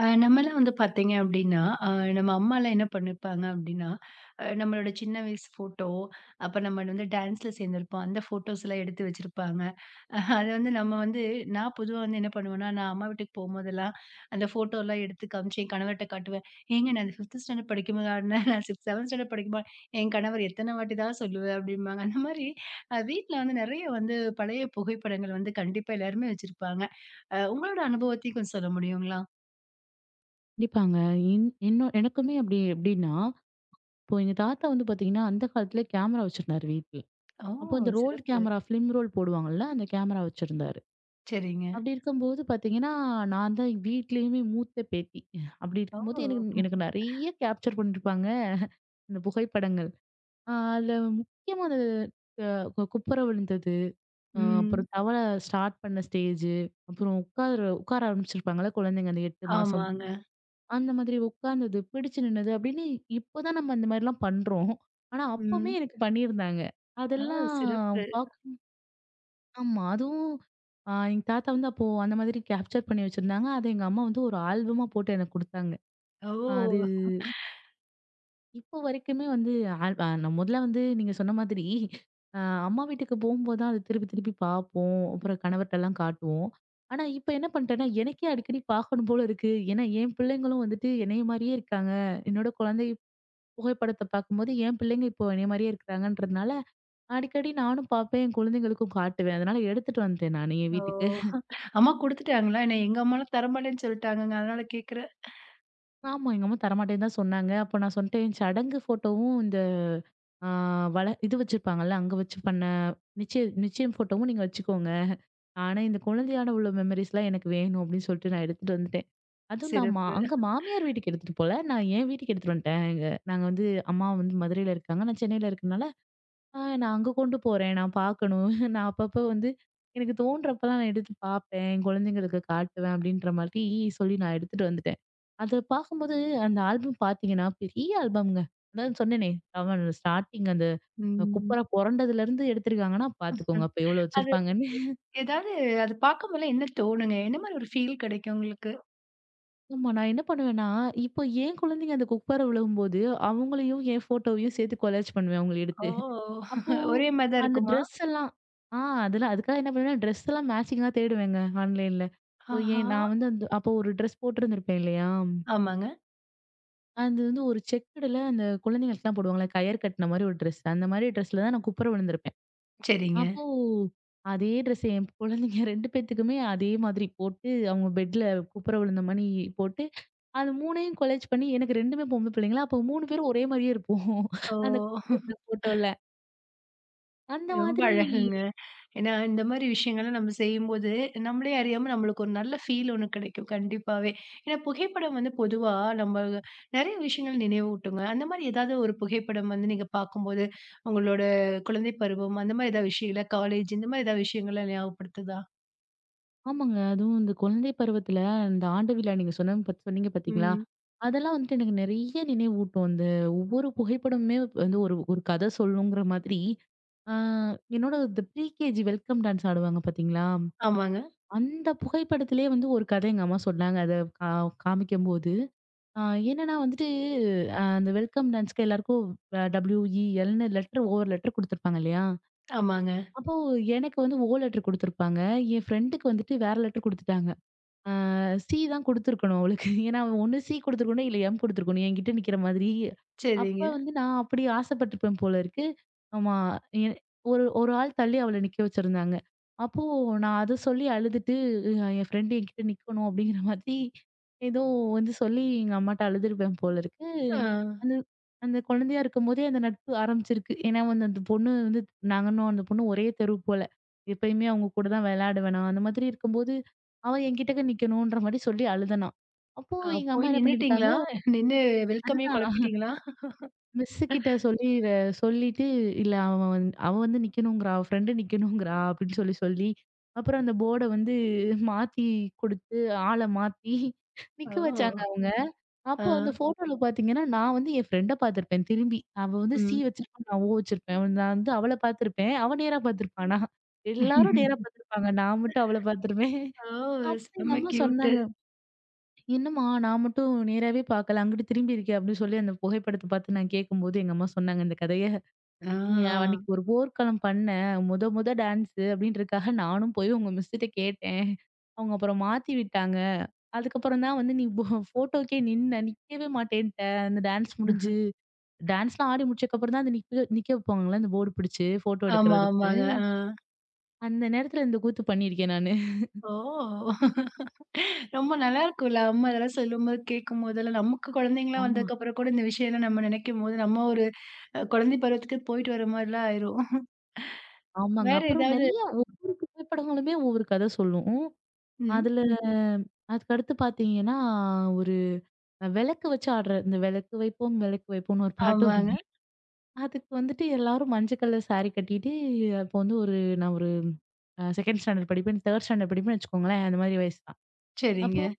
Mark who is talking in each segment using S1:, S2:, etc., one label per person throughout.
S1: நம்மலாம் வந்து பார்த்தீங்க அப்டின்னா, அ நம்ம அம்மாலாம் என்ன பண்ணிருப்பாங்க அப்டின்னா, நம்மளோட சின்ன வயசு ஃபோட்டோ, அப்ப நம்ம வந்து டான்ஸ்ல சேர்ந்திருப்போம். அந்த ஃபோட்டோஸ்லாம் எடுத்து வச்சிருப்பாங்க. அத வந்து நம்ம வந்து நான் பொதுவா வந்து என்ன பண்ணுவேன்னா, நான் அம்மா வீட்டுக்கு போம்போதெல்லாம், அந்த ஃபோட்டோலாம் எடுத்து காமிச்சு என் கணவர்ட்ட காட்டுவேன். "ஏங்க நான் அந்த 5த் ஸ்டாண்டர்ட் படிக்கும்போது ஆடுனேன். நான் சிக்ஸ் 7த் ஸ்டாண்டர்ட் படிக்கும்போது" என் கணவர் எத்தன வாட்டி தான் சொல்லுவ அப்டிம்பாங்க. அந்த மாரி வீட்ல வந்து நெறைய வந்து பழைய புகைப்படங்கள் வந்து கண்டிப்பா எல்லாருமே வச்சிருப்பாங்க. உங்களோட அனுபவத்தையும் கொஞ்சம் சொல்ல முடியுங்களா?
S2: கண்டிப்பாங்க. என்ன எனக்குமே அப்படி எப்படின்னா, இப்போ எங்க தாத்தா வந்து பாத்தீங்கன்னா, அந்த காலத்திலே கேமரா வச்சிருந்தாரு வீட்ல.
S1: ஓ!
S2: அப்போ அந்த ரோல்
S1: சிறப்பு.
S2: கேமரா, ஃபிலிம் ரோல் போடுவாங்கல்ல, அந்த கேமரா வச்சிருந்தாரு.
S1: சரிங்க.
S2: அப்படி இருக்கும்போது பாத்தீங்கன்னா, நான் தான் வீட்லயுமே மூத்த பேத்தி. அப்படி
S1: ஓ!
S2: இருக்கும்போது எனக்கு எனக்கு நெறைய கேப்சர் பண்ணியிருப்பாங்க. இந்த புகைப்படங்கள். அதுல முக்கியமா அந்த குப்புற விழுந்தது,
S1: ம்.
S2: அப்புறம் தவழ ஸ்டார்ட் பண்ண ஸ்டேஜு, அப்புறம் உட்கார உட்கார ஆரம்பிச்சிருப்பாங்கல்ல குழந்தைங்க அந்த 8 மாசம்
S1: ஆமாங்க.
S2: அந்த மாதிரி உட்கார்ந்தது, பிடிச்சு நின்னது அப்படின்னு. இப்பதான் நம்ம அந்த மாதிரிலாம் பண்றோம். ஆனா அப்பவுமே
S1: ம்.
S2: எனக்கு பண்ணியிருந்தாங்க.
S1: ஓ!
S2: அதெல்லாம்
S1: சிறப்பு.
S2: பாக் ஆமா. அதுவும் எங்க தாத்தா வந்து அப்போ அந்த மாதிரி கேப்சர் பண்ணி வச்சிருந்தாங்க. அத எங்க அம்மா வந்து ஒரு ஆல்பமா போட்டு எனக்கு குடுத்தாங்க. அது
S1: ஓ!
S2: இப்போ வரைக்குமே வந்து ஆல் அ நான் முதல்ல வந்து நீங்க சொன்ன மாதிரி அ அம்மா வீட்டுக்கு போம்போது தான் அத திருப்பி திருப்பி பார்ப்போம். அப்புறம் கணவர்ட்டலாம் காட்டுவோம். ஆனா இப்ப என்ன பண்ட்டேன்னா, எனக்கே அடிக்கடி பார்க்கணும் போல இருக்கு. ஏன்னா என் பிள்ளைங்களும் வந்துட்டு என்னைய மாரியே இருக்காங்க. என்னோட குழந்தை புகைப்படத்த பார்க்கும்போது, என் பிள்ளைங்க இப்போ என்னைய மாரியே இருக்கிறாங்கன்றதுனால, அடிக்கடி நானும் பார்ப்பேன், என் குழந்தைங்களுக்கும் காட்டுவேன். அதனால எடுத்துட்டு வந்துட்டேன் நானு என்
S1: ஓ!
S2: வீட்டுக்கு.
S1: அம்மா குடுத்துட்டாங்களா? ஏன்னா எங்க அம்மாலாம் தரமாட்டேன்னு சொல்ட்டாங்கங்க. அதனால கேட்குறேன்.
S2: ஆமா, எங்க அம்மா தரமாட்டேன்னு தான் சொன்னாங்க. அப்ப நான் சொல்லிட்டேன், சடங்கு ஃபோட்டோவும் இந்த ஆ இது வச்சிருப்பாங்கல்ல, அங்க வச்சு பண்ண நிச்சயம் ஃபோட்டோவும் நீங்க வச்சுக்கோங்க. ஆனா, இந்த குழந்தையோட உள்ள மெமரீஸ்லாம் எனக்கு வேணும் அப்படின்னு சொல்லிட்டு நான் எடுத்துட்டு வந்துட்டேன். அதுவும் நான் மா
S1: சிறப்பு.
S2: அங்க மாமியார் வீட்டுக்கு எடுத்துட்டு போல. நான் என் வீட்டுக்கு எடுத்துட்டு வந்துட்டேன். எங்க நாங்க வந்து அம்மா வந்து மதுரையில இருக்காங்க. நான் சென்னையில இருக்கனால நான் அங்க கொண்டு போறேன். நான் பார்க்கணும். நான் அப்பப்போ வந்து எனக்கு தோன்றப்பலாம் நான் எடுத்து பார்ப்பேன். என் குழந்தைங்களுக்கு காட்டுவேன் அப்படின்ற மாதிரி சொல்லி நான் எடுத்துட்டு வந்துட்டேன். அத பார்க்கும்போது அந்த ஆல்பம் பார்த்தீங்கன்னா, பெரிய ஆல்பம்ங்க. அதான் சொன்னேனே, அவன் ஸ்டார்ட்டிங் அந்த
S1: ம்.
S2: குப்புற பொறண்டதுலருந்து எடுத்திருக்காங்கன்னா
S1: ம்.
S2: பார்த்துக்கோங்க. அப்ப எவ்வளோ
S1: அது
S2: வச்சிருப்பாங்கன்னு.
S1: ஏதாவது அது பார்க்கும்போதெல்லாம் என்ன தோணுங்க? என்ன மாரி ஒரு ஃபீல் கிடைக்கும் உங்களுக்கு?
S2: ஆமா நான் என்ன பண்ணுவேன்னா, இப்போ என் குழந்தைங்க அந்த குப்பர விழும்போது, அவங்களையும் என் ஃபோட்டோவையும் சேர்த்து கொலாஜ் பண்ணுவேன் அவங்கள எடுத்து.
S1: ஓ!
S2: அப்போ
S1: ஒரே மாரி தான்
S2: அந்த
S1: இருக்குமா?
S2: ட்ரெஸ் எல்லாம் ஆ அதெல்லாம் அதுக்காக என்ன பண்ணுவேன்னா, ட்ரெஸ் எல்லாம் மேட்சிங்கா தேடுவேங்க ஆன்லைன்ல.
S1: ஆஹா!
S2: ஏன் நான் வந்து அந்த அப்போ ஒரு ட்ரெஸ் போட்டிருந்திருப்பேன் இல்லையா?
S1: ஆமாங்க.
S2: அது வந்து ஒரு செக்குடுல அந்த குழந்தைங்களுக்குலாம் போடுவாங்கல்ல, கயறு கட்டின மாரி ஒரு ட்ரெஸ். அந்த மாரி ட்ரெஸ்ல தான் நான் குப்புற விழுந்திருப்பேன்.
S1: சரிங்க.
S2: அப்போ அதே ட்ரெஸ் என் குழந்தைங்க 2 பேத்துக்குமே அதே மாதிரி போட்டு, அவங்க பெட்ல குப்புற விழுந்த மாரி போட்டு, அது 3யும் கொலாஜ் பண்ணி எனக்கு 2மே பொம்பள பிள்ளைங்களா, அப்போ 3 பேரும் ஒரே மாரியே இருப்போம்.
S1: ஓ!
S2: அந்த ஃபோட்டோல. அந்த
S1: ரொம்ப
S2: மாதிரி
S1: அழகுங்க. ஏன்னா, இந்த மாரி விஷயங்கள்லாம் நம்ம செய்யும்போது, நம்மளே அறியாம நம்மளுக்கு ஒரு நல்ல ஃபீல் ஒண்ணு கிடைக்கும் கண்டிப்பாவே. ஏன்னா, புகைப்படம் வந்து பொதுவா நம்ம நெறைய விஷயங்கள் நினைவூட்டுங்க. அந்த மாரி ஏதாவது ஒரு புகைப்படம் வந்து நீங்க பார்க்கும்போது, உங்களோட குழந்தை பருவம் அந்த மாரி ஏதாவது விஷயங்கள காலேஜ் இந்த மாரி ஏதாவது விஷயங்கள ஞாபகப்படுத்துதா?
S2: ஆமாங்க. அதுவும் இந்த குழந்தை பருவத்துல இந்த ஆண்டு விழா நீங்க சொன்ன சொன்னீங்க பார்த்தீங்களா?
S1: ம்.
S2: அதெல்லாம் வந்துட்டு எனக்கு நெறைய நினைவூட்டும். அந்த ஒவ்வொரு புகைப்படமுமே வந்து ஒரு ஒரு கதை சொல்லுங்கிற மாதிரி, ஆ என்னோட இந்த ப்ரீ கேஜி வெல்கம் டான்ஸ் ஆடுவாங்க பார்த்தீங்களா?
S1: ஆமாங்க,
S2: அந்த புகைப்படத்திலேயே வந்து ஒரு கதை எங்க அம்மா சொன்னாங்க. அத கா காமிக்கும்போது. ஆ என்னன்னா வந்துட்டு அந்த வெல்கம் டான்ஸ்க்கு எல்லாருக்கும் டபிள்யூஇஎல்ன்னு ஒவ்வொரு லெட்டர் குடுத்துருப்பாங்க இல்லையா?
S1: ஆமாங்க.
S2: அப்போ எனக்கு வந்து ஓ லெட்டர் குடுத்துருப்பாங்க. என் ஃப்ரெண்டுக்கு வந்துட்டு வேற லெட்டர் குடுத்துட்டாங்க. ஆ சி தான் குடுத்துருக்கணும் அவளுக்கு. ஏன்னா, அவ ஒண்ணு சி குடுத்துருக்கணும், இல்ல எம் குடுத்துருக்கணும். என்கிட்ட நிக்கிற மாதிரி. அப்ப
S1: சரிங்க.
S2: வந்து நான் அப்படி ஆசைப்பட்டுருப்பேன் போல இருக்கு. ஆமா. எ ஒரு ஒரு ஆள் தள்ளி அவள நிக்க வச்சிருந்தாங்க. அப்போ நான் அத சொல்லி அழுதுட்டு, என் ஃப்ரெண்ட் என்கிட்ட நிக்கணும் அப்படிங்கிற மாதிரி, ஏதோ வந்து சொல்லி எங்க அம்மாட்ட அழுதுருப்பேன் போல இருக்கு.
S1: ஆ.
S2: அந்த அந்த குழந்தையா இருக்கும்போதே அந்த நட்பு ஆரம்பிச்சிருக்கு. ஏன்னா வந்து அந்த பொண்ணு வந்து நாங்கன்னும் அந்த பொண்ணு ஒரே தெரு போல. எப்பயுமே அவங்க கூட தான் விளையாடுவேனாம். அந்த மாதிரி இருக்கும்போது, அவ என்கிட்டக்க நிக்கணுன்ற மாரி சொல்லி அழுதனாம். அப்போ எங்க
S1: போய்
S2: அம்மா என்ன பண்ணியிருக்காங்க,
S1: நின்னுட்டீங்களா? நின்னு வெல்கமே
S2: அதுதான்
S1: குழப்பிட்டீங்களா?
S2: மிஸ் கிட்ட சொல்லிட்டு, "இல்ல அவ வந்து நிக்கணுங்கிறா. அவ ஃப்ரெண்டு நிக்கணுங்கிறா" அப்படின்னு சொல்லி சொல்லி, அப்புறம் அந்த போர்ட வந்து மாத்தி குடுத்து, ஆள மாத்தி நிக்க வச்சாங்க
S1: ஓ!
S2: அவங்க.
S1: ஆ.
S2: அப்போ அந்த ஃபோட்டோல பாத்தீங்கன்னா, நான் வந்து என் ஃப்ரெண்ட பாத்துருப்பேன் திரும்பி. அவ வந்து சி
S1: ம்.
S2: வச்சிருப்பா, நான் ஓ வச்சிருப்பேன். நான் வந்து அவள பாத்துருப்பேன். அவ நேரா பாத்துருப்பா. நான் எல்லாரும் நேரா பாத்துருப்பாங்க. நான் மட்டும் அவள பாத்துருப்பேன்.
S1: ஓ!
S2: அப்ப எங்க
S1: செம்ம
S2: அம்மா
S1: கியூட்டு.
S2: சொன்னாங்க, "என்னம்மா நான் மட்டும் நேராவே பாக்கல, அங்கிட்டு திரும்பி இருக்கே" அப்படின்னு சொல்லி அந்த புகைப்படத்த பாத்து நான் கேட்கும்போது எங்க அம்மா சொன்னாங்க இந்த கதைய.
S1: ஆ.
S2: நீ அன்னைக்கு ஒரு போர்க்களம் பண்ண, முத முத டான்ஸு அப்படின்றதுக்காக நானும் போய் உங்க மிஸ்ட்ட கேட்டேன். அவங்க அப்புறம் மாத்தி விட்டாங்க. அதுக்கப்புறம் தான் வந்து நீ போ ஃபோட்டோக்கே நின்ன. நிக்கவே மாட்டேன்ட்ட. அந்த டான்ஸ் முடிஞ்சு டான்ஸ்லாம் ஆடி முடிச்சதுக்கப்புறம் தான் அத நிக்க நிக்க வைப்பாங்கல்ல, அந்த போர்டு பிடிச்சு ஃபோட்டோ
S1: ஆமா,
S2: எடுக்கிறதுக்கு.
S1: ஆமாங்க. ஆ.
S2: அந்த நேரத்துல இந்த கூத்து பண்ணியிருக்கேன் நானு.
S1: ஓ! ரொம்ப நல்லாருக்கும்ல. அம்மா இதெல்லாம் சொல்லும்போது, கேட்கும்போதெல்லாம், நமக்கு குழந்தைங்களா
S2: ஆமா.
S1: வந்ததுக்கப்புறம் கூட இந்த விஷயம்லாம் நம்ம நினைக்கும்போது, நம்ம ஒரு குழந்தை பருவத்துக்கு போயிட்டு வர மாரிலாம் ஆயிரும்.
S2: ஆமாங்க.
S1: வேற
S2: அப்புறம்
S1: ஏதாவது
S2: நெறைய ஒரு புகைப்படங்களுமே ஒவ்வொரு கத சொல்லும்.
S1: ம்.
S2: அதுல அதுக்கடுத்து பார்த்தீங்கன்னா, ஒரு விளக்கு வச்சு ஆடுற இந்த "விளக்கு வைப்போம் விளக்கு வைப்போம்னு" ஒரு பாட்டு
S1: ஆமாங்க.
S2: ஓடுமே. அதுக்கு வந்துட்டு எல்லாரும் மஞ்சள் கலர் சாரி கட்டிட்டு, அப்போ வந்து ஒரு நான் ஒரு அ 2nd ஸ்டாண்டர்ட் படிப்பேன். 3rd ஸ்டாண்டர்ட் படிப்பேன்னு வச்சுக்கோங்களேன். அந்த மாரி வயசு தான். அப்போ
S1: சரிங்க.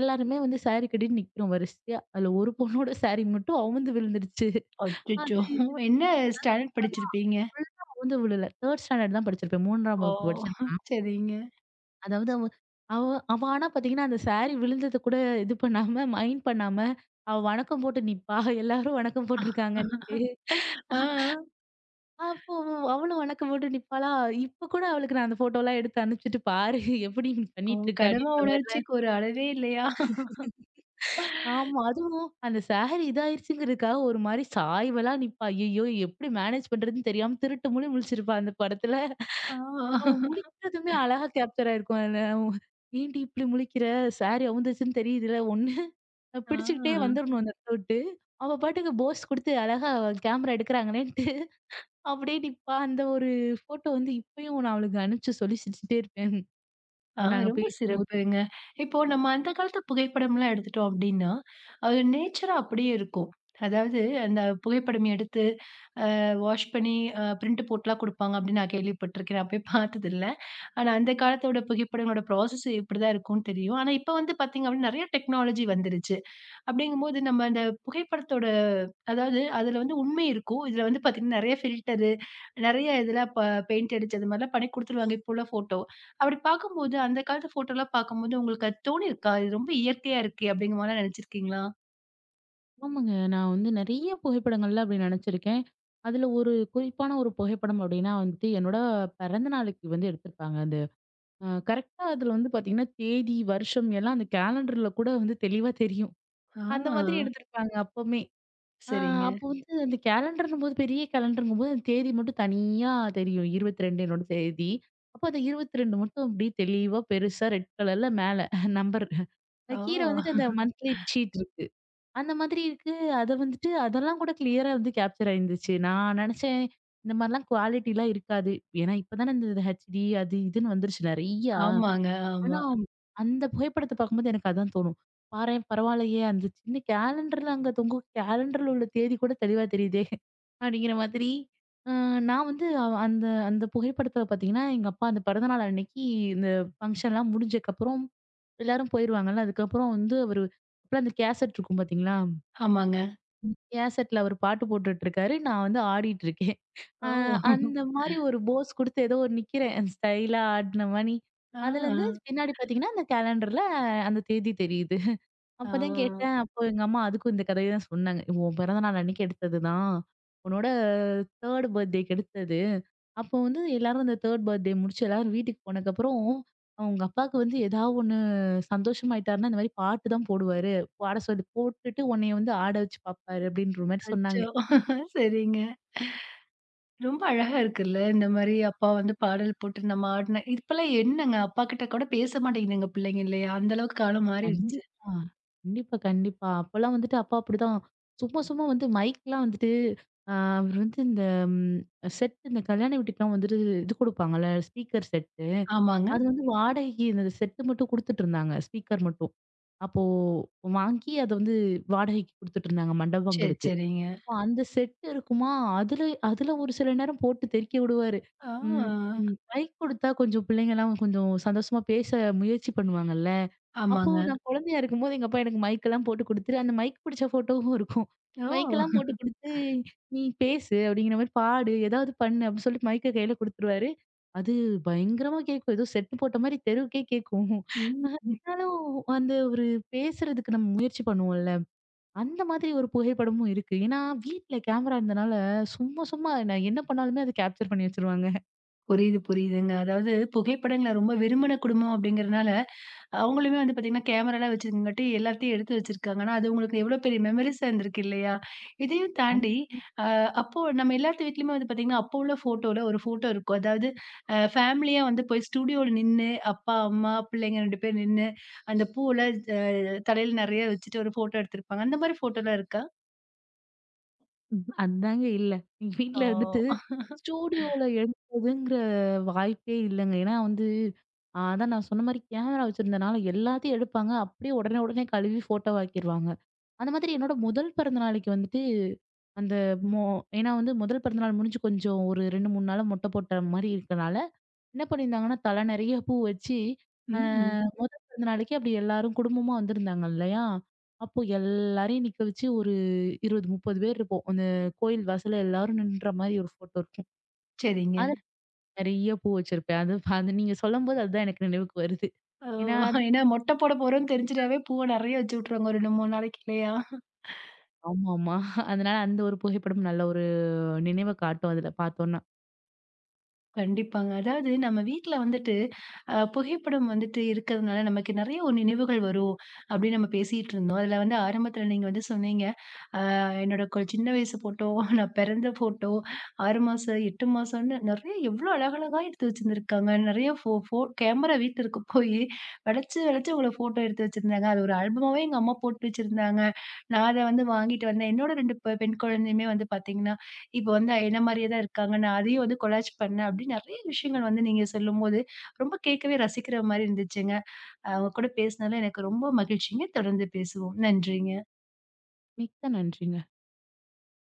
S2: எல்லாருமே வந்து சாரி கட்டிட்டு நிக்கிறோம் வரிசையா. அதுல ஒரு பொண்ணோட சாரி மட்டும் அவுந்து விழுந்துருச்சு.
S1: அச்சச்சோ!
S2: அது
S1: என்ன ஸ்டாண்டர்ட் படிச்சிருப்பீங்க?
S2: ஃபுல்லா அவுந்து விழல. 3rd ஸ்டாண்டர்ட் தான் படிச்சிருப்பேன். 3ஆம்
S1: ஓ!
S2: வகுப்பு படிச்சிருப்பேன்.
S1: சரிங்க.
S2: அதாவது அவ அவ அவ ஆனா பாத்தீங்கன்னா, அந்த சாரி விழுந்தத கூட இது பண்ணாம மைண்ட் பண்ணாம, அவ வணக்கம் போட்டு நிப்பா. எல்லாரும் வணக்கம் போட்டுருக்காங்கன்ட்டு.
S1: ஆ.
S2: அப்போ அவளும் வணக்க போட்டு நிப்பாளா! இப்ப கூட அவளுக்கு நான் அந்த ஃபோட்டோலாம் எடுத்து அனுப்பிச்சுட்டு பாரு எப்படி நீ
S1: ஓ!
S2: பண்ணிட்டு இருக்க
S1: கடமை
S2: அப்படின்ற மாரிலாம்.
S1: உணர்ச்சிக்கு ஒரு அளவே இல்லையா?
S2: ஆமா. அதுவும் அந்த சாரி இதாயிருச்சுங்கிறதுக்காக ஒரு மாரி சாய்வலா நிப்பா. ஐயய்யோ! எப்படி மேனேஜ் பண்றதுன்னு தெரியாம திருட்டு முழி முழிச்சிருப்பா அந்த படத்துல.
S1: ஆ.
S2: அவ முழிக்கிறதுமே அழகா கேப்சர் ஆயிருக்கும். அதுல ஏன்டி இப்படி முழிக்கிற? சாரி அவுந்துருச்சுன்னு தெரியுதுல ஒண்ணு பிடிச்சுக்கிட்டே
S1: ஆ.
S2: வந்துரணும் அந்த இடத்த விட்டு. அவ பாட்டுக்கு போஸ் குடுத்து அழகா கேமரா எடுக்குறாங்களேன்ட்டு அப்படியே நிப்பா. அந்த ஒரு ஃபோட்டோ வந்து இப்பயும் நான் அவளுக்கு அனுப்பிச்சு சொல்லி சிரிச்சுட்டே இருப்பேன்.
S1: ஆ,
S2: நாங்க
S1: ரொம்ப
S2: பேசும்போது.
S1: சிறப்புங்க. இப்போ நம்ம அந்த காலத்து புகைப்படம்லாம் எடுத்துட்டோம் அப்டின்னா, அது நேச்சரா அப்டியே இருக்கும். அதாவது அந்த புகைப்படம் எடுத்து வாஷ் பண்ணி பிரிண்ட் போட்டுலாம் குடுப்பாங்க அப்டின்னு நான் கேள்விப்பட்டுருக்கேன். நான் போய் பார்த்ததில்ல. ஆனா அந்த காலத்தோட புகைப்படங்களோட ப்ராசஸ் இப்டிதான் இருக்கும்னு தெரியும். ஆனா இப்ப வந்து பார்த்தீங்க அப்டின்னா நெறைய டெக்னாலஜி வந்துருச்சு. அப்டிங்கும்போது நம்ம அந்த புகைப்படத்தோட அதாவது அதுல வந்து உண்மை இருக்கும். இதுல வந்து பாத்தீங்கன்னா, நெறைய ஃபில்டரு, நெறைய இதெல்லாம் பெயிண்ட் அடிச்சு அது மாரிலாம் பண்ணி குடுத்துருவாங்க, இப்போ உள்ள ஃபோட்டோ. அப்படி பார்க்கும்போது, அந்த காலத்து ஃபோட்டோலாம் பார்க்கும்போது உங்களுக்கு அது தோணியிருக்கா? இது ரொம்ப இயற்கையா இருக்கே! அப்படிங்கிற மாரிலாம் நெனச்சிருக்கீங்களா?
S2: ஆமாங்க. நான் வந்து நெறைய புகைப்படங்கள்ல அப்படி நெனச்சிருக்கேன். அதுல ஒரு குறிப்பான ஒரு புகைப்படம் அப்படின்னா வந்துட்டு, என்னோட பிறந்த நாளைக்கு வந்து எடுத்திருப்பாங்க. அந்த கரெக்ட்டா அதுல வந்து பாத்தீங்கன்னா, தேதி, வருஷம் எல்லாம் அந்த கேலண்டர்ல கூட வந்து தெளிவா தெரியும். அந்த மாதிரி
S1: ஆ.
S2: எடுத்திருப்பாங்க அப்பமே. ஆ
S1: சரிங்க.
S2: அப்போ வந்து அந்த பெரிய கேலண்டர்ங்கும்போது அந்த தேதி மட்டும் தனியா தெரியும். 22 என்னோட தேதி. அப்போ அந்த 22 மட்டும் அப்படியே தெளிவா பெருசா ரெட் கலர்ல மேல நம்பர்.
S1: ஓ!
S2: கீழ வந்துட்டு அந்த மந்த்லி ஷீட் இருக்கு. அந்த மாதிரி இருக்கு. அத வந்துட்டு அதெல்லாம் கூட கிளியரா வந்து கேப்சர் ஆயிருந்துச்சு. நான் நெனச்சேன், இந்த மாரிலாம் குவாலிட்டிலாம் இருக்காது. ஏன்னா இப்ப தானே இந்த HD அது இதுன்னு வந்துருச்சு நெறையா.
S1: ஆமாங்க.
S2: ஆனா,
S1: ஆமா.
S2: அந்த புகைப்படத்த பார்க்கும்போது எனக்கு அதான் தோணும். பாரேன் பரவாயில்லையே! அந்த சின்ன கேலண்டர்ல அங்க தொங்கும் கேலண்டர்ல உள்ள தேதி கூட தெளிவா தெரியுதே! அப்படிங்கிற மாதிரி. அ நான் வந்து அவ் அந்த அந்த புகைப்படத்துல பார்த்தீங்கன்னா, எங்க அப்பா அந்த பிறந்தநாள் அன்னைக்கு இந்த ஃபங்ஷன்லாம் முடிஞ்சதுக்கப்புறம் எல்லாரும் போயிருவாங்கல்ல. அதுக்கப்புறம் வந்து அவரு அப்பலாம் அந்த கேசட் இருக்கும் பார்த்தீங்களா?
S1: ஆமாங்க.
S2: ஏசெட்ல அவரு பாட்டு போட்டுட்டு இருக்காரு. நான் வந்து ஆடிட்டு இருக்கேன். அ
S1: ஓ!
S2: அந்த மாரி ஒரு போஸ் குடுத்து ஏதோ ஒரு நிக்கிறேன். ஸ்டைலா ஆடுன மாரி.
S1: ஆ.
S2: அதுலருந்து பின்னாடி பார்த்தீங்கன்னா, அந்த கேலண்டர்ல அந்த தேதி தெரியுது.
S1: ஆ.
S2: அப்பதான் கேட்டேன். அப்போ எங்க அம்மா அதுக்கும் இந்த கதைய தான் சொன்னாங்க. "உன் பிறந்த நாள் அன்னைக்கு எடுத்தது தான். உன்னோட 3 பர்த்டேக்கு எடுத்தது." அப்போ வந்து எல்லாரும் அந்த 3 பர்த்டே முடிச்சு எல்லாரும் வீட்டுக்கு போனதுக்கப்புறம், உங்க அப்பாவுக்கு வந்து ஏதாவது ஒண்ணு சந்தோஷமாயிட்டாருன்னா, இந்த மாரி பாட்டு தான் போடுவாரு. பாட சொல்லி போட்டுட்டு உன்னைய வந்து ஆட வச்சு பாப்பாரு அப்படின்ற மாரி சொன்னாங்க.
S1: அச்சோ! சரிங்க. ரொம்ப அழகா இருக்குல்ல. இந்த மாரி அப்பா வந்து பாடல் போட்டு நம்ம ஆடின இப்பலாம் என்னங்க அப்பா கிட்ட கூட பேச மாட்டேங்குதுங்க பிள்ளைங்க இல்லையா? அந்த அளவுக்கு காலம் மாறிடுச்சு.
S2: கண்டிப்பா. கண்டிப்பா. அப்பலாம் வந்துட்டு அப்பா அப்படிதான். சும்மா, சும்மா வந்து மைக்லாம் வந்துட்டு அ அவர் வந்து இந்த ம் செட் இந்த கல்யாண வீட்டுக்குலாம் வந்துட்டு இது குடுப்பாங்கல்ல, ஸ்பீக்கர் செட்டு.
S1: ஆமாங்க.
S2: அது வந்து வாடகைக்கு இந்த செட்டு மட்டும் குடுத்துட்டுருந்தாங்க. ஸ்பீக்கர் மட்டும். அப்போ வாங்கி அத வந்து வாடகைக்கு குடுத்துட்டுருந்தாங்க
S1: சரி,
S2: மண்டபங்களுக்கு.
S1: சரிங்க.
S2: அப்போ அந்த செட் இருக்குமா, அதுல அதுல ஒரு சில நேரம் போட்டு தெறிக்க விடுவாரு. ம்,
S1: ஆ
S2: ம் மைக் குடுத்தா கொஞ்சம் பிள்ளைங்கலாம் கொஞ்சம் சந்தோஷமா பேச முயற்சி பண்ணுவாங்கல்ல. அப்போ
S1: ஆமாங்க.
S2: நான் குழந்தையா இருக்கும்போது எங்க அப்பா எனக்கு மைக்கெல்லாம் போட்டு குடுத்துட்டு, அந்த மைக் பிடிச்ச ஃபோட்டோவும் இருக்கும். மைக்கெல்லாம்
S1: ஓ!
S2: போட்டு குடுத்து, "நீ பேசு அப்படிங்கிற மாரி பாடு, ஏதாவது பண்ணு" அப்படின்னு சொல்லிட்டு மைக்க கையில குடுத்துருவாரு. அது பயங்கரமா கேட்கும். ஏதோ செட்டு போட்ட மாரி தெருவுக்கே கேட்கும்.
S1: ம்.
S2: ஆனாலும் அந்த ஒரு பேசுறதுக்கு நம்ம முயற்சி பண்ணுவோம்ல, அந்த மாதிரி ஒரு புகைப்படமும் இருக்கு. ஏன்னா வீட்ல கேமரா இருந்தனால சும்மா சும்மா நான் என்ன பண்ணாலுமே அத கேப்சர் பண்ணி வச்சுருவாங்க.
S1: புரியுது, புரியுதுங்க. அதாவது புகைப்படங்கள ரொம்ப விரும்பின குடும்பம் அப்படிங்கிறனால, அவங்களுமே வந்து பார்த்தீங்கன்னா, கேமராலாம் வச்சிருக்கங்காட்டி எல்லாத்தையும் எடுத்து வச்சிருக்காங்க. ஆனா, அது உங்களுக்கு எவ்வளோ பெரிய மெமரீஸா இருந்திருக்கு இல்லையா? இதையும் தாண்டி, அ அப்போ நம்ம எல்லாத்து வீட்லயுமே வந்து பார்த்தீங்கன்னா, அப்போ உள்ள ஃபோட்டோல ஒரு ஃபோட்டோ இருக்கும். அதாவது ஃபேமிலியா வந்து போய் ஸ்டூடியோல நின்னு, அப்பா, அம்மா, பிள்ளைங்க 2 பேர் நின்னு, அந்த பூவெல்லாம் அ தலையில நெறைய வச்சுட்டு ஒரு ஃபோட்டோ எடுத்திருப்பாங்க. அந்த மாரி ஃபோட்டோலாம் இருக்கா?
S2: ம். அதாங்க இல்ல. எங்க
S1: ஓ!
S2: வீட்ல வந்துட்டு ஸ்டூடியோல எடுக்கிறதுங்கிற வாய்ப்பே இல்லங்க. ஏன்னா வந்து அதான் நான் சொன்ன மாரி கேமரா வச்சிருந்தனால எல்லாத்தையும் எடுப்பாங்க. அப்படியே உடனே உடனே கழுவி ஃபோட்டோ ஆக்கிருவாங்க. அந்த மாதிரி என்னோட முதல் பிறந்த நாளைக்கு வந்துட்டு அந்த மொ ஏன்னா வந்து முதல் பிறந்த நாள் முடிஞ்சு கொஞ்சம் ஒரு 2, 3 நாளா மொட்டை போட்ட மாரி இருக்கனால, என்ன பண்ணியிருந்தாங்கன்னா, தலை நெறைய பூ வச்சு, அ
S1: ம்.
S2: முத பிறந்த நாளைக்கு அப்படி எல்லாரும் குடும்பமா வந்திருந்தாங்க இல்லையா? அப்போ எல்லாரையும் நிக்க வச்சு ஒரு 20, 30 பேர் இருப்போம். அந்த கோயில் வாசல்ல எல்லாரும் நின்ற மாரி ஒரு ஃபோட்டோ இருக்கும்.
S1: சரிங்க.
S2: அதுல நெறைய பூ வச்சிருப்பேன். அது அது நீங்க சொல்லும்போது அதுதான் எனக்கு நினைவுக்கு வருது.
S1: ஓ!
S2: ஏன்னா அது
S1: ஏன்னா மொட்டை போட போறோம்ன்னு தெரிஞ்சுட்டாவே பூவ நெறைய வச்சு விட்டுருவாங்க ஒரு 2, 3 நாளைக்கு இல்லையா?
S2: ஆமாமா. அதனால அந்த ஒரு புகைப்படம் நல்ல ஒரு நினைவ காட்டும் அதுல பார்த்தோம்னா.
S1: கண்டிப்பாங்க. அதாவது நம்ம வீட்ல வந்துட்டு, புகைப்படம் வந்துட்டு இருக்கிறதுனால நமக்கு நெறைய ஒரு நினைவுகள் வரும், அப்படின்னு நம்ம பேசிட்டு இருந்தோம். அதுல வந்து ஆரம்பத்துல நீங்க வந்து சொன்னீங்க, அ என்னோட சின்ன வயசு ஃபோட்டோ, நான் பிறந்த ஃபோட்டோ, 6 மாசம், 8 மாசம்னு நெறைய எவ்ளோ அழகழகா எடுத்து வச்சிருந்திருக்காங்க. நெறைய ஃபோ ஃபோ கேமரா வீட்டிற்கு போயி வளச்சு வளச்சு உங்கள ஃபோட்டோ எடுத்து வச்சிருந்தாங்க. அது ஒரு ஆல்பமாவே எங்க அம்மா போட்டு வச்சிருந்தாங்க. நான் அத வந்து வாங்கிட்டு வந்தேன். என்னோட 2 பெண் குழந்தையுமே வந்து பாத்தீங்கன்னா, இப்ப வந்து என்ன மாரியே தான் இருக்காங்க. நான் அதையும் வந்து கொலாஜ் பண்ணேன் அப்டின்னு நெறைய விஷயங்கள் வந்து நீங்க சொல்லும்போது, ரொம்ப கேட்கவே ரசிக்கிற மாரி இருந்துச்சுங்க. உங்க கூட பேசினதுல எனக்கு ரொம்ப மகிழ்ச்சிங்க. தொடர்ந்து பேசுவோம். நன்றிங்க.
S2: மிக்க நன்றிங்க.